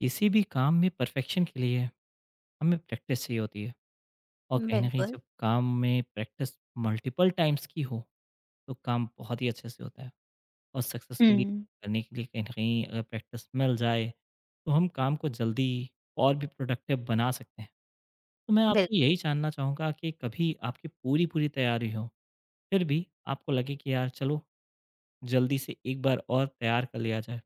किसी भी काम में परफेक्शन के लिए हमें प्रैक्टिस चाहिए होती है, और कहीं ना कहीं बिल्कुल। जब काम में प्रैक्टिस मल्टीपल टाइम्स की हो तो काम बहुत ही अच्छे से होता है। और सक्सेसफुली हुँ। करने के लिए कहीं ना कहीं अगर प्रैक्टिस मिल जाए तो हम काम को जल्दी और भी प्रोडक्टिव बना सकते हैं। तो मैं आपसे बिल्कुल। यही जानना चाहूँगा कि कभी आपकी पूरी पूरी तैयारी हो, फिर भी आपको लगे कि यार चलो जल्दी से एक बार और तैयार कर लिया जाए,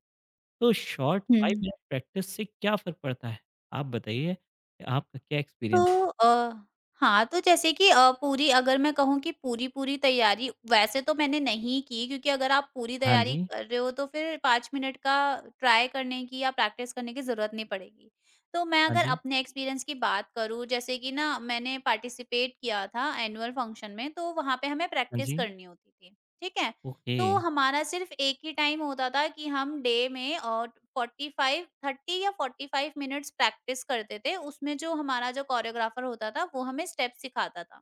तो शॉर्ट हुँ। 5 मिनट प्रैक्टिस से क्या फ़र्क पड़ता है? आप बताइए, कि आपका क्या एक्सपीरियंस। तो अ, हाँ, तो जैसे कि पूरी अगर मैं कहूँ कि पूरी-पूरी तैयारी वैसे तो मैंने नहीं की, क्योंकि अगर आप पूरी हाँ तैयारी जी, कर रहे हो तो फिर 5 मिनट का ट्राई करने की या प्रैक्टिस करने की ज़रूरत नहीं पड़ेगी। तो मैं हाँ अगर जी, अपने एक्सपीरियंस की बात करूँ, जैसे कि ना मैंने पार्टिसिपेट किया था एनुअल फंक्शन में, तो वहाँ पे हमें हाँ प्रैक्टिस जी। करनी होती थी, ठीक है? ओके, तो हमारा सिर्फ एक ही टाइम होता था कि हम डे में और 45 30 या 45 मिनट्स प्रैक्टिस करते थे। उसमें जो हमारा जो कोरियोग्राफर होता था वो हमें स्टेप्स सिखाता था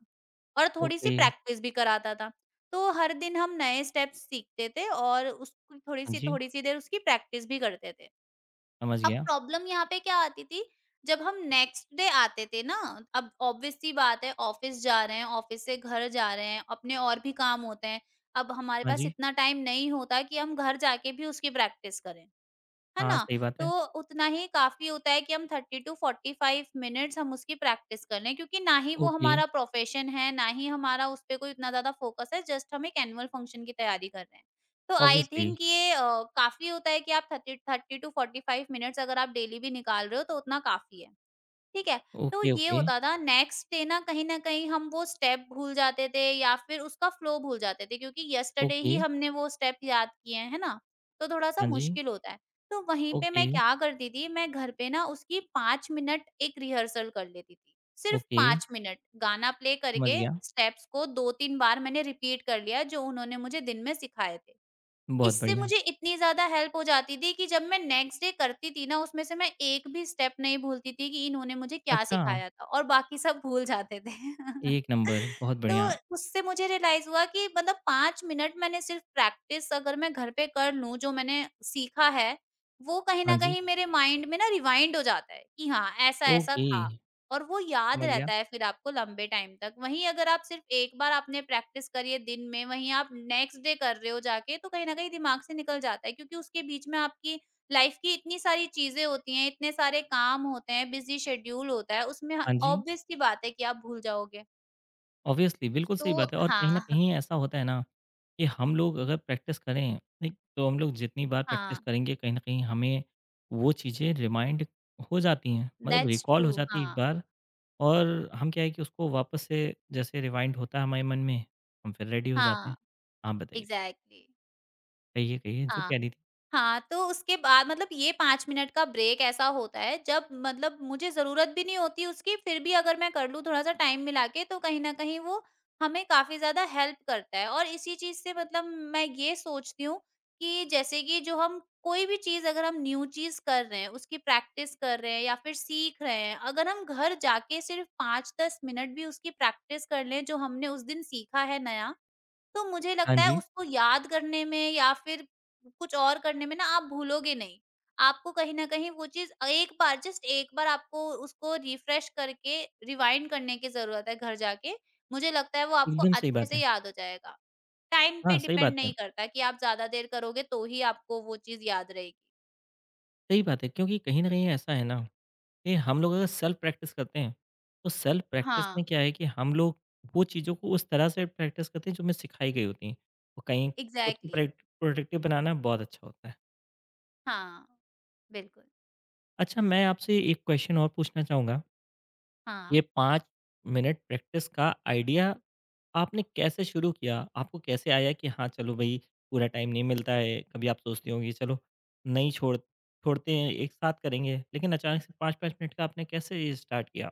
और थोड़ी-सी ओके, प्रैक्टिस भी कराता था। तो हर दिन हम नए स्टेप्स सीखते थे और उसकी हाँ थोड़ी-सी, जी, थोड़ी-सी देर उसकी प्रैक्टिस भी करते थे। समझ अब गया। प्रॉब्लम यहाँ पे क्या आती थी, जब हम नेक्स्ट डे आते थे ना, अब ऑब्वियस सी बात है, ऑफिस जा रहे हैं, ऑफिस से घर जा रहे हैं, अपने और भी काम होते हैं। अब हमारे हाँ पास जी, इतना टाइम नहीं होता कि हम घर जाके भी उसकी प्रैक्टिस करें। है हाँ, ना? सही बात है। तो उतना ही काफ़ी होता है कि हम 30 टू 45 मिनट्स हम उसकी प्रैक्टिस कर लें, क्योंकि ना ही वो ओके, हमारा प्रोफ़ेशन है, ना ही हमारा उस पे कोई उतना ज़्यादा फ़ोकस है, जस्ट हम एक एनुअल फ़ंक्शन की तैयारी कर रहे हैं। तो आई ऑब्वियसली। थिंक ये काफ़ी होता है कि आप 30 टू 45 मिनट्स अगर आप डेली भी निकाल रहे हो तो उतना काफ़ी है। ठीक है, तो ओके, ये ओके, होता था नेक्स्ट डे ना, कहीं न कहीं हम वो स्टेप भूल जाते थे या फिर उसका फ्लो भूल जाते थे क्योंकि यस्टरडे ओके, ही हमने वो स्टेप याद किए हैं, है ना? तो थोड़ा-सा हाँ जी, मुश्किल होता है। तो वहीं पे ओके, मैं क्या करती थी, मैं घर पे ना उसकी 5 मिनट एक रिहर्सल कर लेती थी। सिर्फ ओके, 5 मिनट गाना प्ले समझ करके गया। स्टेप्स को 2-3 बार मैंने रिपीट कर लिया जो उन्होंने मुझे दिन में सिखाए थे। बहुत इससे बढ़िया। मुझे इतनी ज़्यादा हेल्प हो जाती थी कि जब मैं नेक्स्ट डे करती थी ना, उसमें से मैं एक भी स्टेप नहीं भूलती थी कि इन्होंने मुझे क्या अच्छा, सिखाया था, और बाकी सब भूल जाते थे। एक नंबर, बहुत तो बढ़िया। उससे मुझे रियलाइज़ हुआ कि मतलब 5 मिनट मैंने सिर्फ़ प्रैक्टिस अगर मैं घर पे कर लूँ, जो मैंने सीखा है, वो कहीं हाँ न जी, कहीं मेरे माइंड में ना रिवाइंड हो जाता है कि हाँ, ऐसा-ऐसा ओके, था। और वो याद समझ गया। रहता है फिर आपको लंबे टाइम तक। वहीं अगर आप सिर्फ़ एक बार आपने प्रैक्टिस करी है दिन में, वहीं आप नेक्स्ट डे कर रहे हो जाके, तो कहीं न कहीं दिमाग से निकल जाता है, क्योंकि उसके बीच में आपकी लाइफ़ की इतनी सारी चीज़ें होती हैं, इतने सारे काम होते हैं, बिज़ी शेड्यूल होता है, उसमें ह हाँ जी। ऑब्वियस सी बात है कि आप भूल जाओगे। ऑब्वियसली, बिल्कुल तो सही बात है। और कहीं न हाँ, कहीं ऐसा होता है ना, कि हम लोग अगर प्रैक्टिस करें, ठीक, तो हम लोग जितनी बार प्रैक्टिस हाँ, करेंगे, कहीं न कहीं हमें वो चीज़ें रिमाइंड हो जाती हैं, मतलब दैट्स रिकॉल ट्रू, हो जाती है हाँ, एक बार। और हम क्या है कि उसको वापस से जैसे रिवाइंड होता है हमारे मन में, हम फिर रेडी हो जाते हैं। हाँ, आप बताइए? एग्ज़ैक्टली, कहिए, कहिए जो हाँ। कह रही थी। हाँ, तो उसके बाद मतलब ये 5 मिनट का ब्रेक ऐसा होता है जब मतलब मुझे ज़रूरत भी नहीं होती उसकी, फिर भी अगर मैं कर लूँ थोड़ा-सा टाइम मिला के तो कहीं न कहीं वो हमें काफ़ी ज़्यादा हेल्प करता है। और इसी चीज़ से मतलब मैं ये सोचती हूँ कि जैसे कि जो हम कोई भी चीज़ अगर हम न्यू चीज़ कर रहे हैं, उसकी प्रैक्टिस कर रहे हैं या फिर सीख रहे हैं, अगर हम घर जाके सिर्फ़ 5-10 मिनट भी उसकी प्रैक्टिस कर लें जो हमने उस दिन सीखा है नया, तो मुझे हाँ लगता है जी, उसको याद करने में या फिर कुछ और करने में ना आप भूलोगे नहीं। आपको कहीं न कहीं वो चीज़, एक बार जस्ट एक बार आपको उसको रिफ्रेश करके रिवाइंड करने की ज़रूरत है घर जाके। मुझे लगता है वो आपको एकदम सही अच्छे बात से है। याद हो जाएगा। टाइम हाँ, पे सही डिपेंड बात है। नहीं करता कि आप ज़्यादा देर करोगे तो ही आपको वो चीज़ याद रहेगी। सही बात है, क्योंकि कहीं न कहीं ऐसा है ना, ये हम लोग अगर सेल्फ प्रैक्टिस करते हैं, तो सेल्फ प्रैक्टिस हाँ, में क्या है कि हम लोग वो चीज़ों को उस तरह से प्रैक्टिस करते हैं जो हमें सिखाई गई होती हैं। और कहीं खुद को एग्ज़ैक्टली। प्रे प्रोडक्टिव बनाना बहुत अच्छा होता है। हाँ, बिल्कुल। अच्छा मैं आपसे एक क्वेश्चन और पूछना चाहूँगा, ये हाँ। 5 मिनट प्रैक्टिस का आइडिया आपने कैसे शुरू किया? आपको कैसे आया कि हाँ, चलो भई, पूरा टाइम नहीं मिलता है, कभी आप सोचते होंगे चलो नहीं छोड़ते हैं, एक साथ करेंगे। लेकिन अचानक से 5-5 मिनट का आपने कैसे ये स्टार्ट किया?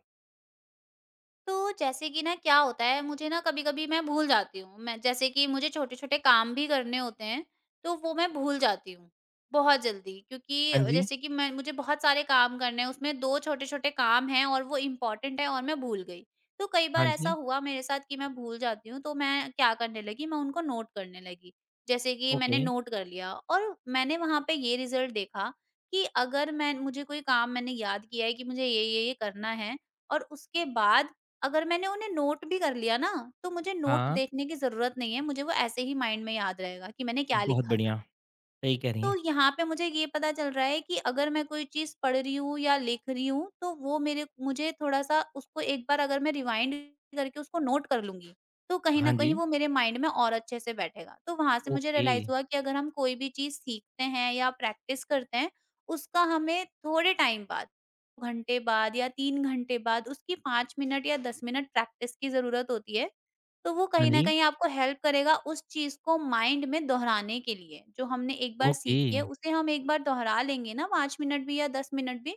तो जैसे कि ना क्या होता है, मुझे ना कभी-कभी मैं भूल जाती हूँ। मैं जैसे कि मुझे छोटे-छोटे काम भी करने होते हैं, तो वो मैं भूल जाती हूँ, बहुत जल्दी। क्योंकि हाँ जी। जैसे कि मैं मुझे बहुत सारे काम करने हैं, उसमें 2 छोटे-छोटे काम हैं और वो इम्पोर्टेंट है और मैं भूल गई। तो कई हाँ बार ऐसा जी। हुआ मेरे साथ कि मैं भूल जाती हूँ, तो मैं क्या करने लगी, मैं उनको नोट करने लगी। जैसे कि ओके। मैंने नोट कर लिया और मैंने वहाँ पे ये रिज़ल्ट देखा कि अगर मैं मुझे कोई काम मैंने याद किया है कि मुझे ये करना है, और उसके बाद अगर मैंने उन्हें नोट भी कर लिया ना, तो मुझे नोट हाँ, देखने की ज़रूरत नहीं है, मुझे वो ऐसे ही माइंड में याद रहेगा कि मैंने क्या बहुत लिखा था। बढ़िया, सही कह रही तो हैं। यहाँ पे मुझे ये पता चल रहा है कि अगर मैं कोई चीज़ पढ़ रही हूँ या लिख रही हूँ, तो वो मेरे मुझे थोड़ा-सा उसको एक बार अगर मैं रिवाइंड करके उसको नोट कर लूँगी, तो कहीं न हाँ जी, कहीं वो मेरे माइंड में और अच्छे से बैठेगा। तो वहाँ से मुझे ओके, रियलाइज़ हुआ कि अगर हम कोई भी चीज़ सीखते हैं या प्रैक्टिस करते हैं, उसका हमें थोड़े टाइम बाद, घंटे बाद या 3 घंटे बाद उसकी 5 मिनट या 10 मिनट प्रैक्टिस की ज़रूरत होती है, तो वो हाँ कहीं न जी, कहीं आपको हेल्प करेगा उस चीज़ को माइंड में दोहराने के लिए। जो हमने एक बार ओके, सीखी है उसे हम एक बार दोहरा लेंगे ना 5 मिनट भी या 10 मिनट भी,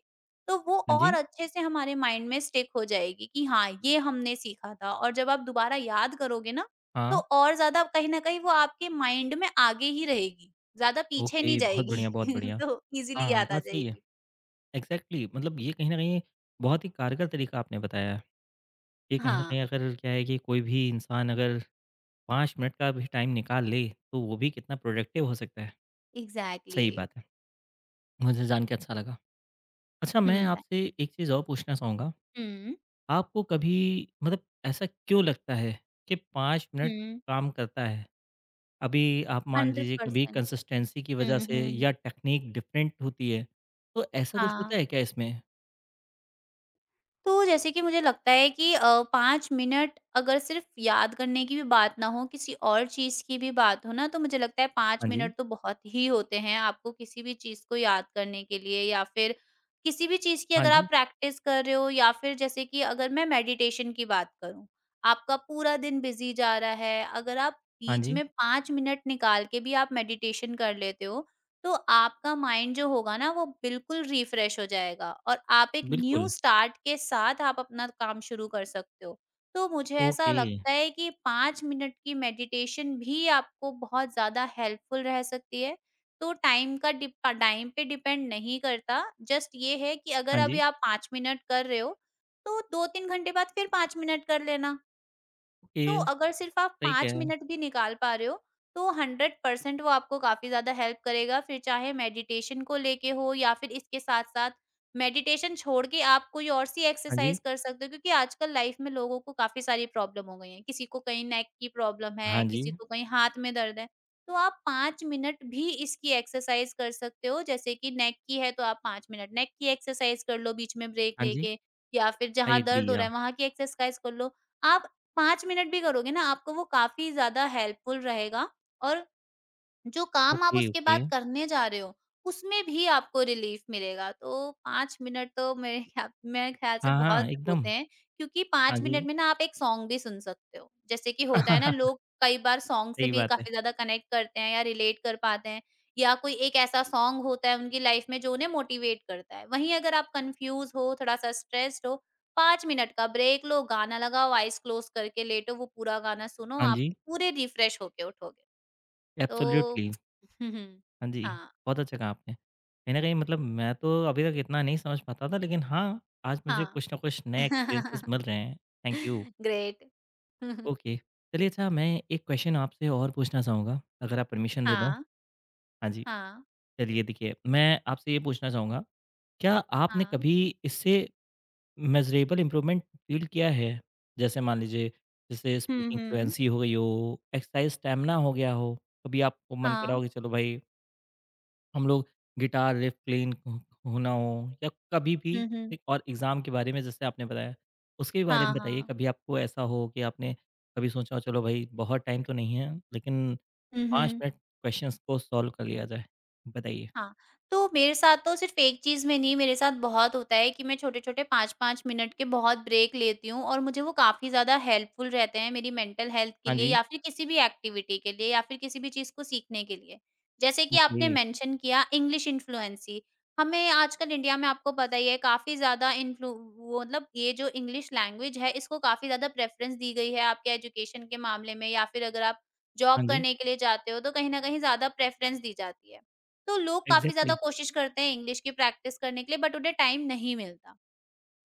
तो वो हाँ और जी, अच्छे से हमारे माइंड में स्टिक हो जाएगी कि हाँ, ये हमने सीखा था, और जब आप दोबारा याद करोगे ना, तो हाँ, और ज़्यादा कहीं न कहीं वो आपके माइंड में आगे ही रहेगी, ज़्यादा पीछे नहीं ओके, बहुत जाएगी। बढ़िया, बहुत बढ़िया। तो ईज़िली हाँ, याद आ बात सही है, जाएगी। एग्ज़ैक्टली, मतलब ये कहीं न कहीं बहुत ही कारगर तरीका आपने बताया है। ये कहीं न हाँ, कहीं अगर क्या है कि कोई भी इंसान अगर 5 मिनट का भी टाइम निकाल ले, तो वो भी कितना प्रोडक्टिव हो सकता है। एग्ज़ैक्टली। सही बात है, मुझे जान के अच्छा लगा। अच्छा हुँ, मैं आपसे एक चीज़ और पूछना चाहूँगा, हुँ, आपको कभी मतलब ऐसा क्यों लगता है कि 5 मिनट हुँ, काम करता है? अभी आप मान लीजिए कभी 100%, कंसिस्टेंसी की वजह हुँ, से हुँ। या टेक्नीक डिफरेंट होती है, तो ऐसा कुछ होता हाँ। है क्या इसमें? तो जैसे कि मुझे लगता है कि 5 मिनट अगर सिर्फ़ याद करने की भी बात ना हो, किसी और चीज़ की भी बात हो ना, तो मुझे लगता है 5 हाँ जी, मिनट तो बहुत ही होते हैं आपको किसी भी चीज़ को याद करने के लिए या फिर किसी भी चीज़ की हाँ अगर आप जी, प्रैक्टिस कर रहे हो, या फिर जैसे कि अगर मैं मेडिटेशन की बात करूँ, आपका पूरा दिन बिज़ी जा रहा है, अगर आप हाँ बीच जी, में 5 मिनट निकाल के भी आप मेडिटेशन कर लेते हो, तो आपका माइंड जो होगा ना वो बिल्कुल रिफ्रेश हो जाएगा और आप एक न्यू बिल्कुल, स्टार्ट के साथ आप अपना काम शुरू कर सकते हो। तो मुझे ऐसा ओके, लगता है कि 5 मिनट की मेडिटेशन भी आपको बहुत ज़्यादा हेल्पफुल रह सकती है। तो टाइम पे डिपेंड नहीं करता, जस्ट ये है कि अगर हाँ अभी जी, आप 5 मिनट कर रहे हो, तो 2-3 घंटे बाद फिर 5 मिनट कर लेना। तो ओके, अगर सिर्फ आप सही कह 5 रहे हैं, मिनट भी निकाल पा रहे हो, तो 100% वो आपको काफ़ी ज़्यादा हेल्प करेगा। फिर चाहे मेडिटेशन को लेके हो या फिर इसके साथ-साथ मेडिटेशन छोड़ के आप कोई और सी हाँ जी, एक्सरसाइज़ कर सकते हो, क्योंकि आजकल लाइफ़ में लोगों को काफ़ी सारी प्रॉब्लम हो गई हैं। किसी को कहीं नेक की प्रॉब्लम हाँ है, जी, किसी को कहीं हाथ में दर्द है। तो आप 5 मिनट भी इसकी एक्सरसाइज़ कर सकते हो, जैसे कि नेक की है तो आप 5 मिनट नेक की एक्सरसाइज़ कर लो बीच में ब्रेक हाँ जी, लेके, या फिर आई जहाँ एग्री दर्द हो या रहा है वहाँ की एक्सरसाइज़ कर लो। आप 5 मिनट भी करोगे ना आपको वो काफ़ी ज़्यादा हेल्पफुल रहेगा, और जो काम आप ओके, उसके ओके, बाद करने जा रहे हो, उसमें भी आपको रिलीफ मिलेगा। तो 5 मिनट तो मेरे ख्या मेरे ख्याल से हाँ, हाँ, बहुत एकदम, होते हैं, क्योंकि हाँ 5 जी, मिनट में ना आप एक सॉन्ग भी सुन सकते हो। जैसे कि होता है ना लोग कई बार सॉन्ग से सही भी बात है, काफ़ी ज़्यादा कनेक्ट करते हैं या रिलेट कर पाते हैं, या कोई एक ऐसा सॉन्ग होता है उनकी लाइफ़ में जो उन्हें मोटिवेट करता है। वहीं अगर आप कन्फ्यूज़ हो, थोड़ा-सा स्ट्रेस्ड हो, 5 मिनट का ब्रेक लो, गाना लगाओ, आइज़ क्लोज़ करके लेटो, वो पूरा गाना सुनो, हाँ आप जी, पूरे रिफ्रेश होके उठोगे। तो एब्सोल्यूटली, हुँ, हुँ। हाँ जी, हाँ, बहुत अच्छा कहा आपने। कहीं न कहीं मतलब मैं तो अभी तक इतना नहीं समझ पाता था, लेकिन हाँ, आज मुझे हाँ। कुछ ना कुछ नए एक्सपीरियंसेस मिल रहे हैं। Thank you. ग्रेट। ओके। चलिए अच्छा मैं एक क्वेश्चन आपसे और पूछना चाहूँगा, अगर आप परमिशन दे दो? हाँ, हाँ जी। हाँ, चलिए देखिए, मैं आपसे ये पूछना चाहूँगा, क्या आपने हाँ। कभी इससे मेज़रेबल इम्प्रूवमेंट फ़ील किया है? जैसे मान लीजिए, जैसे हुँ, स्पीकिंग हुँ। फ्लुएंसी हो गई हो, एक्सरसाइज़ स्टैमिना हो गया हो, कभी आपको मन करा हाँ। हो कि चलो भाई हम लोग गिटार रिफ प्लेन हो होना हो, या कभी भी हुँ, हुँ। एक और एग्ज़ाम के बारे में जैसे आपने बताया, उसके बारे हाँ, में बताइए, हाँ। कभी आपको ऐसा हो कि आपने कभी सोचा हो चलो भई बहुत टाइम तो नहीं है, लेकिन हुँ, 5 हुँ। मिनट क्वेश्चंस को सॉल्व कर लिया जाए? बताइए। हाँ, तो मेरे साथ तो सिर्फ़ एक चीज़ में नहीं, मेरे साथ बहुत होता है कि मैं छोटे-छोटे 5-5 मिनट के बहुत ब्रेक लेती हूँ और मुझे वो काफ़ी ज़्यादा हेल्पफुल रहते हैं मेरी मेंटल हेल्थ के हाँ लिए जी, या फिर किसी भी एक्टिविटी के लिए या फिर किसी भी चीज़ को सीखने के लिए। जैसे कि ओके, आपने मेंशन किया इंग्लिश इन्फ्लुएंसी, हमें आजकल इंडिया में आपको पता ही है काफ़ी ज़्यादा इन्फ्लु वो मतलब ये जो इंग्लिश लैंग्वेज है इसको काफ़ी ज़्यादा प्रेफ़रेंस दी गई है आपके एजुकेशन के मामले में, या फिर अगर आप हाँ जॉब जी, करने के लिए जाते हो तो कहीं न कहीं ज़्यादा प्रेफ़रेंस दी जाती है। तो लोग काफ़ी ज़्यादा एग्ज़ैक्टली, कोशिश करते हैं इंग्लिश की प्रैक्टिस करने के लिए बट उन्हें टाइम नहीं मिलता।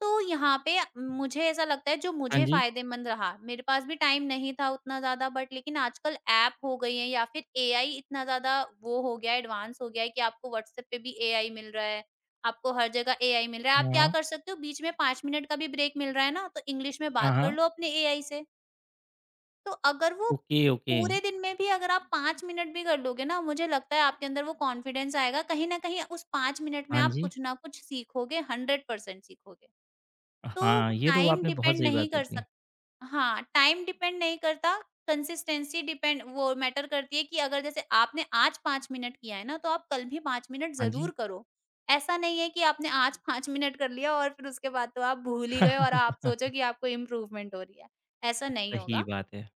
तो यहाँ पे मुझे ऐसा लगता है जो हाँ मुझे जी, फ़ायदेमंद रहा, मेरे पास भी टाइम नहीं था उतना ज़्यादा बट लेकिन आजकल ऐप हो गई है या फिर एआई इतना ज़्यादा वो हो गया है एडवांस हो गया है कि आपको व्हाट्सऐप पे भी एआई मिल रहा है, आपको हर जगह एआई मिल रहा है। आप क्या हाँ, कर सकते हो बीच में 5 मिनट का भी ब्रेक मिल रहा है ना, तो इंग्लिश में हाँ, बात कर हाँ, लो अपने एआई से। तो अगर वो ओके, ओके, पूरे दिन में भी अगर आप 5 मिनट भी कर लोगे ना, मुझे लगता है आपके अंदर वो कॉन्फिडेंस आएगा। कहीं न कहीं उस 5 मिनट में हाँ आप जी, कुछ ना कुछ सीखोगे, 100% सीखोगे। तो हाँ, ये तो टाइम आपने बहुत डिपेंड सही बात नहीं कर बताई है। सक हाँ, टाइम डिपेंड नहीं करता, कंसिस्टेंसी डिपेंड वो मैटर करती है कि अगर जैसे आपने आज 5 मिनट किया है ना, तो आप कल भी 5 मिनट हाँ ज़रूर जी, करो। ऐसा नहीं है कि आपने आज 5 मिनट कर लिया और फिर उसके बाद तो आप भूल ही गए और आप सोचो कि आपको इम्प्रूवमेंट हो रही है। ऐसा नहीं सही होगा। बात है,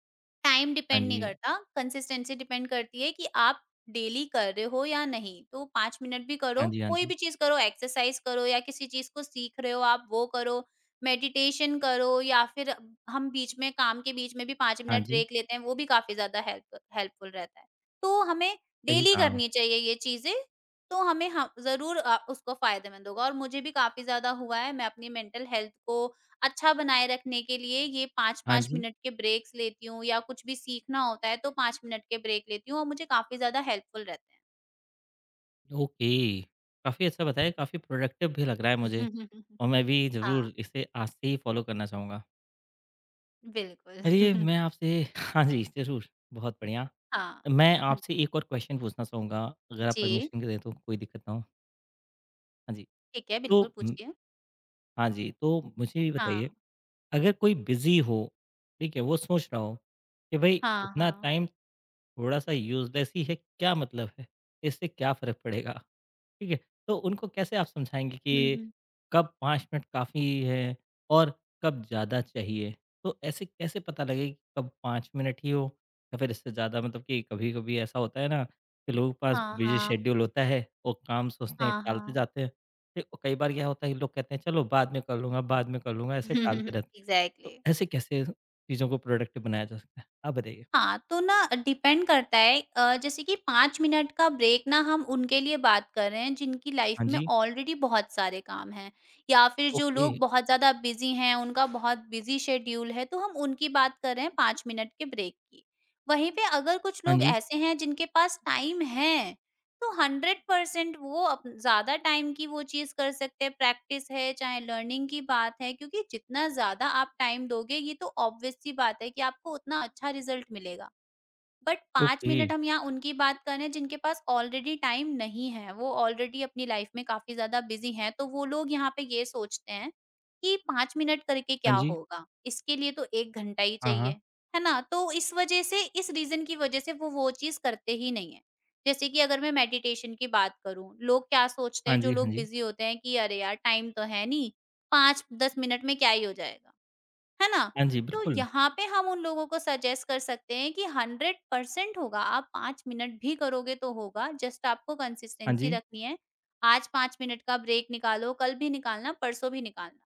टाइम हाँ डिपेंड नहीं जी, करता, कंसिस्टेंसी डिपेंड करती है कि आप डेली कर रहे हो या नहीं। तो 5 मिनट भी करो, हाँ जी, हाँ कोई जी, भी चीज़ करो, एक्सरसाइज़ करो या किसी चीज़ को सीख रहे हो आप वो करो, मेडिटेशन करो या फिर हम बीच में काम के बीच में भी 5 हाँ मिनट जी, ब्रेक लेते हैं, वो भी काफ़ी ज़्यादा हेल्पफुल रहता है। तो हमें सही डेली कहा, करनी चाहिए ये चीज़ें, तो हमें ह ज़रूर, उसको फ़ायदेमंद होगा और मुझे भी काफ़ी ज़्यादा हुआ है, मैं अपनी मेंटल हेल्थ को अच्छा बनाए रखने के लिए ये हाँ 5-5 जी। मिनट के ब्रेक्स लेती हूँ या कुछ भी सीखना होता है तो 5 मिनट के ब्रेक लेती हूँ और मुझे काफ़ी ज़्यादा हेल्पफुल रहते हैं। ओके, काफ़ी अच्छा बताया, काफ़ी प्रोडक्टिव भी लग रहा है मुझे, और मैं भी हाँ। ज़रूर इसे आज से ही फॉलो करना चाहूँगा। चलिए बिल्कुल। मैं आपसे हाँ जी, ज़रूर, बहुत बढ़िया। हाँ। मैं हुँ। आपसे एक और क्वेश्चन पूछना चाहूँगा, अगर आप जी, परमिशन दें तो कोई दिक्कत ना हो? हाँ जी, ठीक है, तो बिल्कुल उम, पूछिए। हाँ जी, तो मुझे ये बताइए, हाँ, अगर कोई बिज़ी हो, ठीक है, वो सोच रहा हो कि भई हाँ, इतना हाँ। टाइम थोड़ा-सा यूज़लेस ही है, क्या मतलब है? इससे क्या फ़र्क पड़ेगा? ठीक है, तो उनको कैसे आप समझाएँगे हुँ, कि हुँ। कब 5 मिनट काफ़ी है और कब ज़्यादा चाहिए? तो ऐसे कैसे पता लगे कि कब 5 मिनट ही हो या फिर इससे ज़्यादा, मतलब कि कभी-कभी ऐसा होता है ना कि लोगों के पास हाँ, बिज़ी हाँ। शेड्यूल होता है, वो काम सोचते हैं, हाँ, टालते हाँ। जाते हैं। फिर कई बार क्या होता है कि लोग कहते हैं चलो बाद में कर लूँगा, बाद में कर लूँगा, ऐसे टालते रहते हैं। तो एग्ज़ैक्टली। ऐसे कैसे चीज़ों को प्रोडक्टिव बनाया जा सकता है? आप बताइए। हाँ, तो ना डिपेंड करता है, जैसे कि 5 मिनट का ब्रेक ना हम उनके लिए बात कर रहे हैं जिनकी लाइफ हाँ में जी, ऑलरेडी बहुत सारे काम हैं या फिर जो ओके। लोग बहुत ज़्यादा बिज़ी हैं, उनका बहुत बिज़ी शेड्यूल है, तो हम उनकी बात कर रहे हैं 5 मिनट के ब्रेक की। वहीं पे अगर कुछ हाँ लोग जी, ऐसे हैं जिनके पास टाइम है तो 100% वो अप ज़्यादा टाइम की वो चीज़ कर सकते हैं, प्रैक्टिस है चाहे लर्निंग की बात है क्योंकि जितना ज़्यादा आप टाइम दोगे ये तो ऑब्वियस सी बात है कि आपको उतना अच्छा रिज़ल्ट मिलेगा। But 5 okay. मिनट हम यहाँ उनकी बात कर रहे हैं जिनके पास ऑलरेडी टाइम नहीं है, वो ऑलरेडी अपनी लाइफ में काफ़ी ज़्यादा बिज़ी हैं, तो वो लोग यहाँ पे ये सोचते हैं कि 5 मिनट करके हाँ क्या जी, होगा? इसके लिए तो 1 घंटा ही हाँ, चाहिए, हाँ। है ना? तो इस वजह से इस रीज़न की वजह से वो चीज़ करते ही नहीं हैं। जैसे कि अगर मैं मेडिटेशन की बात करूँ, लोग क्या सोचते हाँ हैं जो जी, हाँ लोग जी। बिज़ी होते हैं कि अरे यार टाइम तो है नहीं, 5-10 मिनट में क्या ही हो जाएगा? है ना? हाँ जी, तो बिल्कुल। यहाँ पे हम उन लोगों को सजेस्ट कर सकते हैं कि 100% होगा, आप 5 मिनट भी करोगे तो होगा, जस्ट आपको हाँ कंसिस्टेंसी जी, रखनी है। आज 5 मिनट का ब्रेक निकालो, कल भी निकालना, परसों भी निकालना।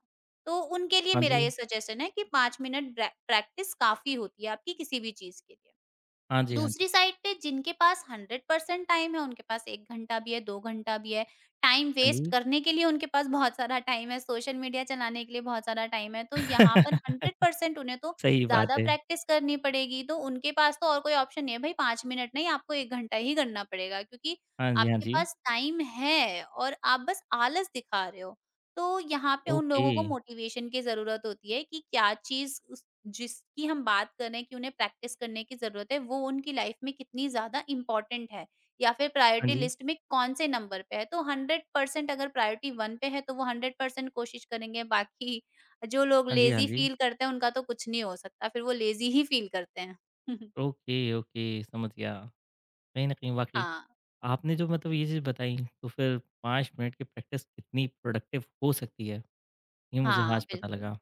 तो उनके लिए हाँ मेरा ये जी, सजेशन है कि 5 मिनट ब्रै प्रैक्टिस काफ़ी होती है आपकी किसी भी चीज़ के लिए। हाँ जी, हाँ जी, दूसरी साइड पे जिनके पास 100% टाइम है, उनके पास 1 घंटा भी है, 2 घंटा भी है, टाइम हाँ वेस्ट जी। करने के लिए उनके पास बहुत सारा टाइम है, सोशल मीडिया चलाने के लिए बहुत सारा टाइम है, तो यहाँ पर 100% उन्हें तो सही बात ज़्यादा है। प्रैक्टिस करनी पड़ेगी, तो उनके पास तो और कोई ऑप्शन नहीं है भई 5 मिनट नहीं आपको 1 घंटा ही करना पड़ेगा क्योंकि हाँ जी, हाँ आपके जी, पास टाइम है और आप बस आलस दिखा रहे हो। तो यहाँ पे उन ओके। लोगों को मोटिवेशन की ज़रूरत होती है कि क्या चीज़ जिसकी हम बात कर रहे हैं कि उन्हें प्रैक्टिस करने की ज़रूरत है, वो उनकी लाइफ में कितनी ज़्यादा इम्पोर्टेंट है या फिर हाँ प्रायोरिटी जी, लिस्ट में कौन से नंबर पे है। तो 100% अगर प्रायोरिटी 1 पे है, तो वो 100% कोशिश करेंगे, बाकी जो लोग हाँ जी, हाँ लेज़ी जी। फ़ील करते हैं, उनका तो कुछ नहीं हो सकता, फिर वो लेज़ी ही फ़ील करते हैं। ओके, ओके, समझ गया। कहीं न कहीं वाक़ई हाँ, आपने जो मतलब ये चीज़ बताई, तो फिर 5 मिनट की प्रैक्टिस कितनी प्रोडक्टिव हो सकती है, ये मुझे हाँ, आज पता बिल्कुल। लगा।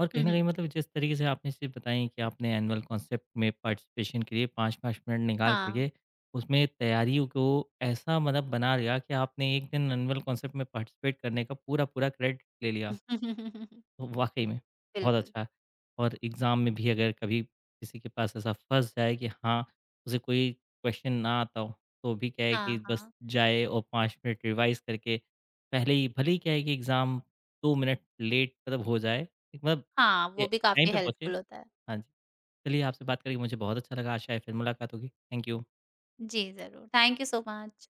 और हुँ, कहीं न कहीं हुँ, मतलब जिस तरीके से आपने चीज़ बताई कि आपने एनुअल कॉन्सेप्ट में पार्टिसिपेशन के लिए 5-5 मिनट निकाल कर हाँ। के उसमें तैयारियों को ऐसा मतलब बना लिया कि आपने 1 दिन एनुअल कॉन्सेप्ट में पार्टिसिपेट करने का पूरा-पूरा क्रेडिट ले लिया। वाक़ई में, बहुत बिल्कुल। अच्छा। और एग्ज़ाम में भी अगर कभी किसी के पास ऐसा फँस जाए कि हाँ, उसे कोई क्वेश्चन ना आता हो, तो भी क्या है कि हाँ, बस हाँ। जाए और 5 मिनट रिवाइज़ करके, पहले ही भले ही क्या है कि एग्ज़ाम 2 मिनट लेट मतलब हो जाए, एक मतलब हाँ, ये वो भी टाइम काफ़ी पे पहुँचे। हेल्पफुल होता है। हाँ जी, चलिए आपसे बात करके मुझे बहुत अच्छा लगा, आशा है फिर मुलाकात होगी। Thank you. जी, ज़रूर। Thank you so much.